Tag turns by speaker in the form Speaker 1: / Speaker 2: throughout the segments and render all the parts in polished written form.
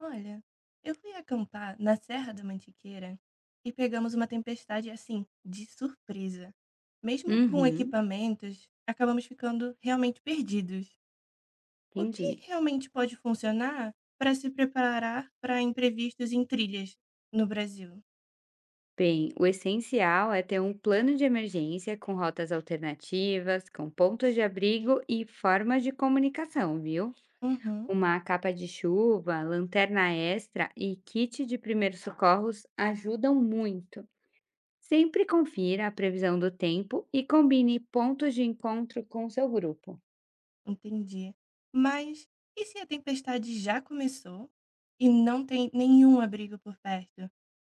Speaker 1: Olha, eu fui acampar na Serra da Mantiqueira e pegamos uma tempestade assim, de surpresa. Mesmo com
Speaker 2: Uhum,
Speaker 1: equipamentos, acabamos ficando realmente perdidos. O que
Speaker 2: entendi.
Speaker 1: realmente pode funcionar para se preparar para imprevistos em trilhas no Brasil?
Speaker 2: Bem, o essencial é ter um plano de emergência com rotas alternativas, com pontos de abrigo e formas de comunicação, viu?
Speaker 1: Uhum,
Speaker 2: Uma capa de chuva, lanterna extra e kit de primeiros socorros ajudam muito. Sempre confira a previsão do tempo e combine pontos de encontro com seu grupo.
Speaker 1: entendi. Mas e se a tempestade já começou e não tem nenhum abrigo por perto?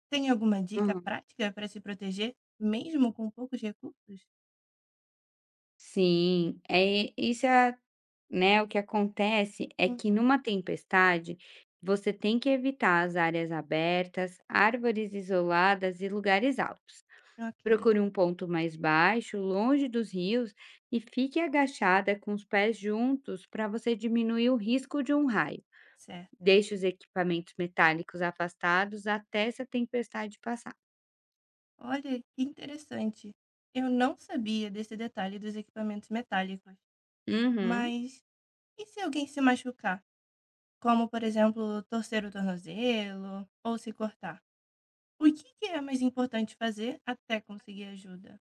Speaker 1: Tem alguma dica
Speaker 2: Uhum.
Speaker 1: prática para se proteger, mesmo com poucos recursos?
Speaker 2: Sim, né, o que acontece é que
Speaker 1: Uhum.
Speaker 2: numa tempestade, você tem que evitar as áreas abertas, árvores isoladas e lugares altos.
Speaker 1: Ok,
Speaker 2: Procure um ponto mais baixo, longe dos rios e fique agachada com os pés juntos para você diminuir o risco de um raio.
Speaker 1: certo.
Speaker 2: Deixe os equipamentos metálicos afastados até essa tempestade passar.
Speaker 1: Olha, que interessante. Eu não sabia desse detalhe dos equipamentos metálicos.
Speaker 2: Uhum.
Speaker 1: Mas e se alguém se machucar? Como, por exemplo, torcer o tornozelo ou se cortar? O que que é mais importante fazer até conseguir ajuda?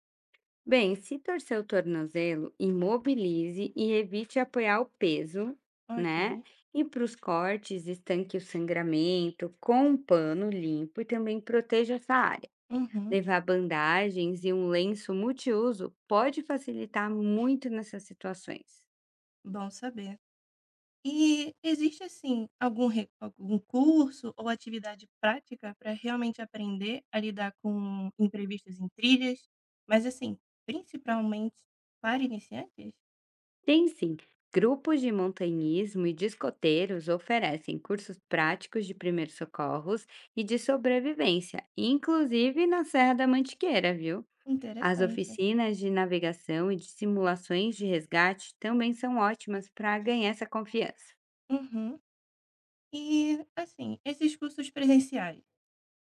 Speaker 2: Bem, se torcer o tornozelo, imobilize e evite apoiar o peso, né?
Speaker 1: Ok.
Speaker 2: E para os cortes, estanque o sangramento com um pano limpo e também proteja essa área.
Speaker 1: Uhum.
Speaker 2: Levar bandagens e um lenço multiuso pode facilitar muito nessas situações.
Speaker 1: Bom saber. E existe, assim, algum curso ou atividade prática para realmente aprender a lidar com imprevistos em trilhas? Mas, assim, principalmente para iniciantes?
Speaker 2: Tem sim, grupos de montanhismo e discoteiros oferecem cursos práticos de primeiros socorros e de sobrevivência, inclusive na Serra da Mantiqueira, viu? As
Speaker 1: Interessante.
Speaker 2: oficinas de navegação e de simulações de resgate também são ótimas para ganhar essa confiança.
Speaker 1: Uhum. E, assim, esses cursos presenciais,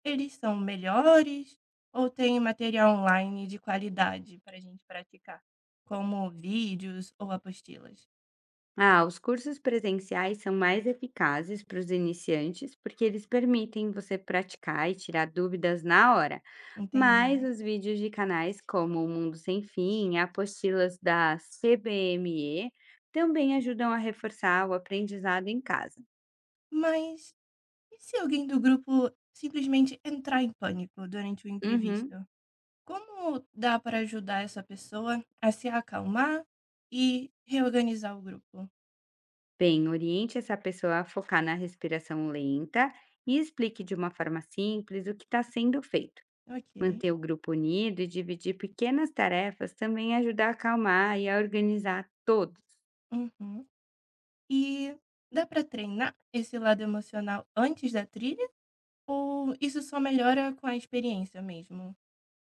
Speaker 1: eles são melhores ou tem material online de qualidade para a gente praticar, como vídeos ou apostilas?
Speaker 2: Ah, os cursos presenciais são mais eficazes para os iniciantes porque eles permitem você praticar e tirar dúvidas na hora. Mas
Speaker 1: Entendi.
Speaker 2: os vídeos de canais como O Mundo Sem Fim, apostilas da CBME, também ajudam a reforçar o aprendizado em casa.
Speaker 1: Mas e se alguém do grupo simplesmente entrar em pânico durante o imprevisto?
Speaker 2: Uhum.
Speaker 1: Como dá para ajudar essa pessoa a se acalmar e reorganizar o grupo?
Speaker 2: Bem, oriente essa pessoa a focar na respiração lenta e explique de uma forma simples o que está sendo feito.
Speaker 1: Ok.
Speaker 2: Manter o grupo unido e dividir pequenas tarefas também ajuda a acalmar e a organizar todos.
Speaker 1: Uhum. E dá para treinar esse lado emocional antes da trilha? Ou isso só melhora com a experiência mesmo?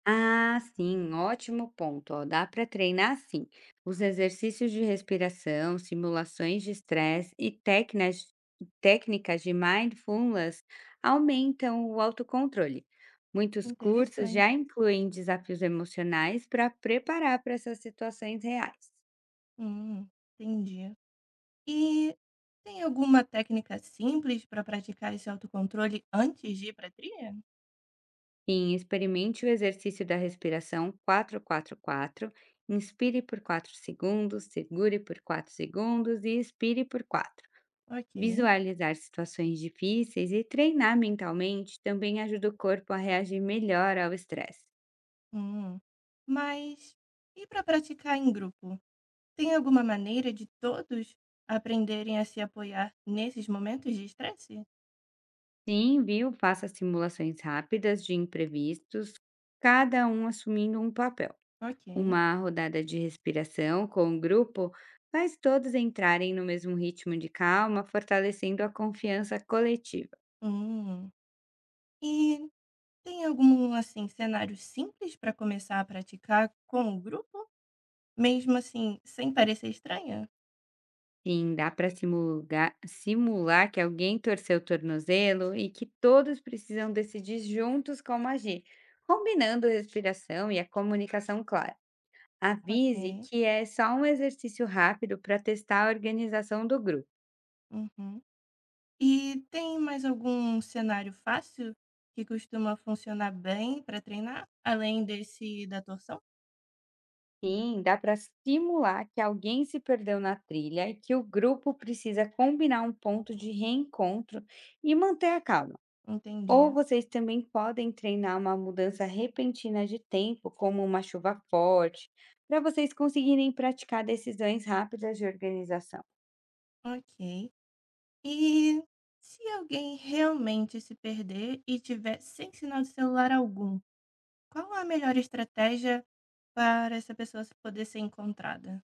Speaker 2: Ah, sim, ótimo ponto. Ó, dá para treinar sim. Os exercícios de respiração, simulações de estresse e técnicas de mindfulness aumentam o autocontrole. Muitos cursos já
Speaker 1: Interessante.
Speaker 2: incluem desafios emocionais para preparar para essas situações reais.
Speaker 1: Hum, entendi. E tem alguma técnica simples para praticar esse autocontrole antes de ir para a trilha?
Speaker 2: Sim, experimente o exercício da respiração 444. Inspire por 4 segundos, segure por 4 segundos e expire por 4.
Speaker 1: Ok.
Speaker 2: Visualizar situações difíceis e treinar mentalmente também ajuda o corpo a reagir melhor ao estresse.
Speaker 1: Hum. Mas e para praticar em grupo? Tem alguma maneira de todos aprenderem a se apoiar nesses momentos de estresse?
Speaker 2: Sim, viu? Faça simulações rápidas de imprevistos, cada um assumindo um papel.
Speaker 1: Ok.
Speaker 2: Uma rodada de respiração com o grupo faz todos entrarem no mesmo ritmo de calma, fortalecendo a confiança coletiva.
Speaker 1: Hum. E tem algum assim cenário simples para começar a praticar com o grupo, mesmo assim sem parecer estranha?
Speaker 2: Sim, dá para simular que alguém torceu o tornozelo e que todos precisam decidir juntos como agir, combinando respiração e a comunicação clara. Avise
Speaker 1: Ok.
Speaker 2: que é só um exercício rápido para testar a organização do grupo.
Speaker 1: Uhum. E tem mais algum cenário fácil que costuma funcionar bem para treinar, além desse da torção?
Speaker 2: Sim, dá para simular que alguém se perdeu na trilha e que o grupo precisa combinar um ponto de reencontro e manter a calma.
Speaker 1: Entendi.
Speaker 2: Ou vocês também podem treinar uma mudança repentina de tempo, como uma chuva forte, para vocês conseguirem praticar decisões rápidas de organização.
Speaker 1: Ok. E se alguém realmente se perder e tiver sem sinal de celular algum, qual a melhor estratégia para essa pessoa se poder ser encontrada?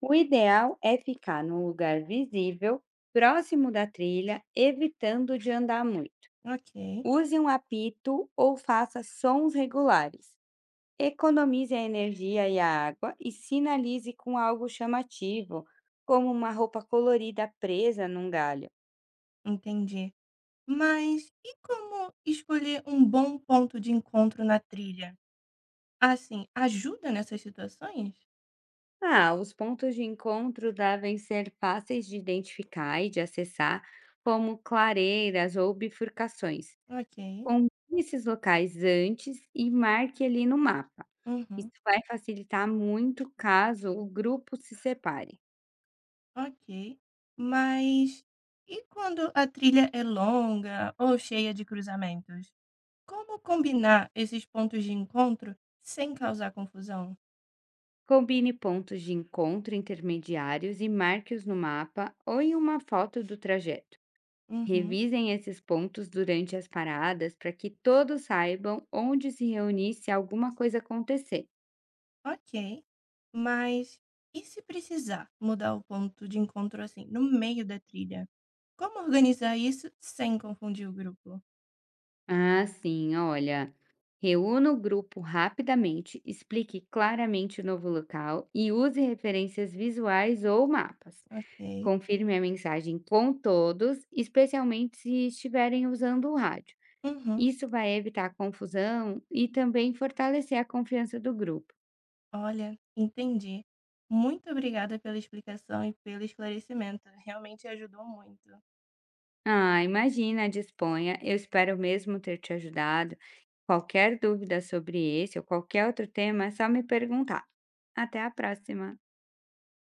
Speaker 2: O ideal é ficar num lugar visível, próximo da trilha, evitando de andar muito.
Speaker 1: Ok,
Speaker 2: Use um apito ou faça sons regulares. Economize a energia e a água e sinalize com algo chamativo, como uma roupa colorida presa num galho.
Speaker 1: entendi. Mas e como escolher um bom ponto de encontro na trilha? Assim, ajuda nessas situações?
Speaker 2: Ah, os pontos de encontro devem ser fáceis de identificar e de acessar, como clareiras ou bifurcações.
Speaker 1: Ok,
Speaker 2: Combine esses locais antes e marque ali no mapa. Isso
Speaker 1: uhum,
Speaker 2: vai facilitar muito caso o grupo se separe.
Speaker 1: ok. Mas e quando a trilha é longa ou cheia de cruzamentos? Como combinar esses pontos de encontro sem causar confusão?
Speaker 2: Combine pontos de encontro intermediários e marque-os no mapa ou em uma foto do trajeto.
Speaker 1: Uhum,
Speaker 2: Revisem esses pontos durante as paradas para que todos saibam onde se reunir se alguma coisa acontecer.
Speaker 1: ok. Mas e se precisar mudar o ponto de encontro assim, no meio da trilha? Como organizar isso sem confundir o grupo?
Speaker 2: Ah, sim, olha. Reúna o grupo rapidamente, explique claramente o novo local e use referências visuais ou mapas.
Speaker 1: Ok.
Speaker 2: Confirme a mensagem com todos, especialmente se estiverem usando o rádio.
Speaker 1: Uhum.
Speaker 2: Isso vai evitar confusão e também fortalecer a confiança do grupo.
Speaker 1: Olha, entendi. Muito obrigada pela explicação e pelo esclarecimento. Realmente ajudou muito.
Speaker 2: Ah, imagina, disponha. Eu espero mesmo ter te ajudado. Qualquer dúvida sobre esse ou qualquer outro tema, é só me perguntar. Até a próxima!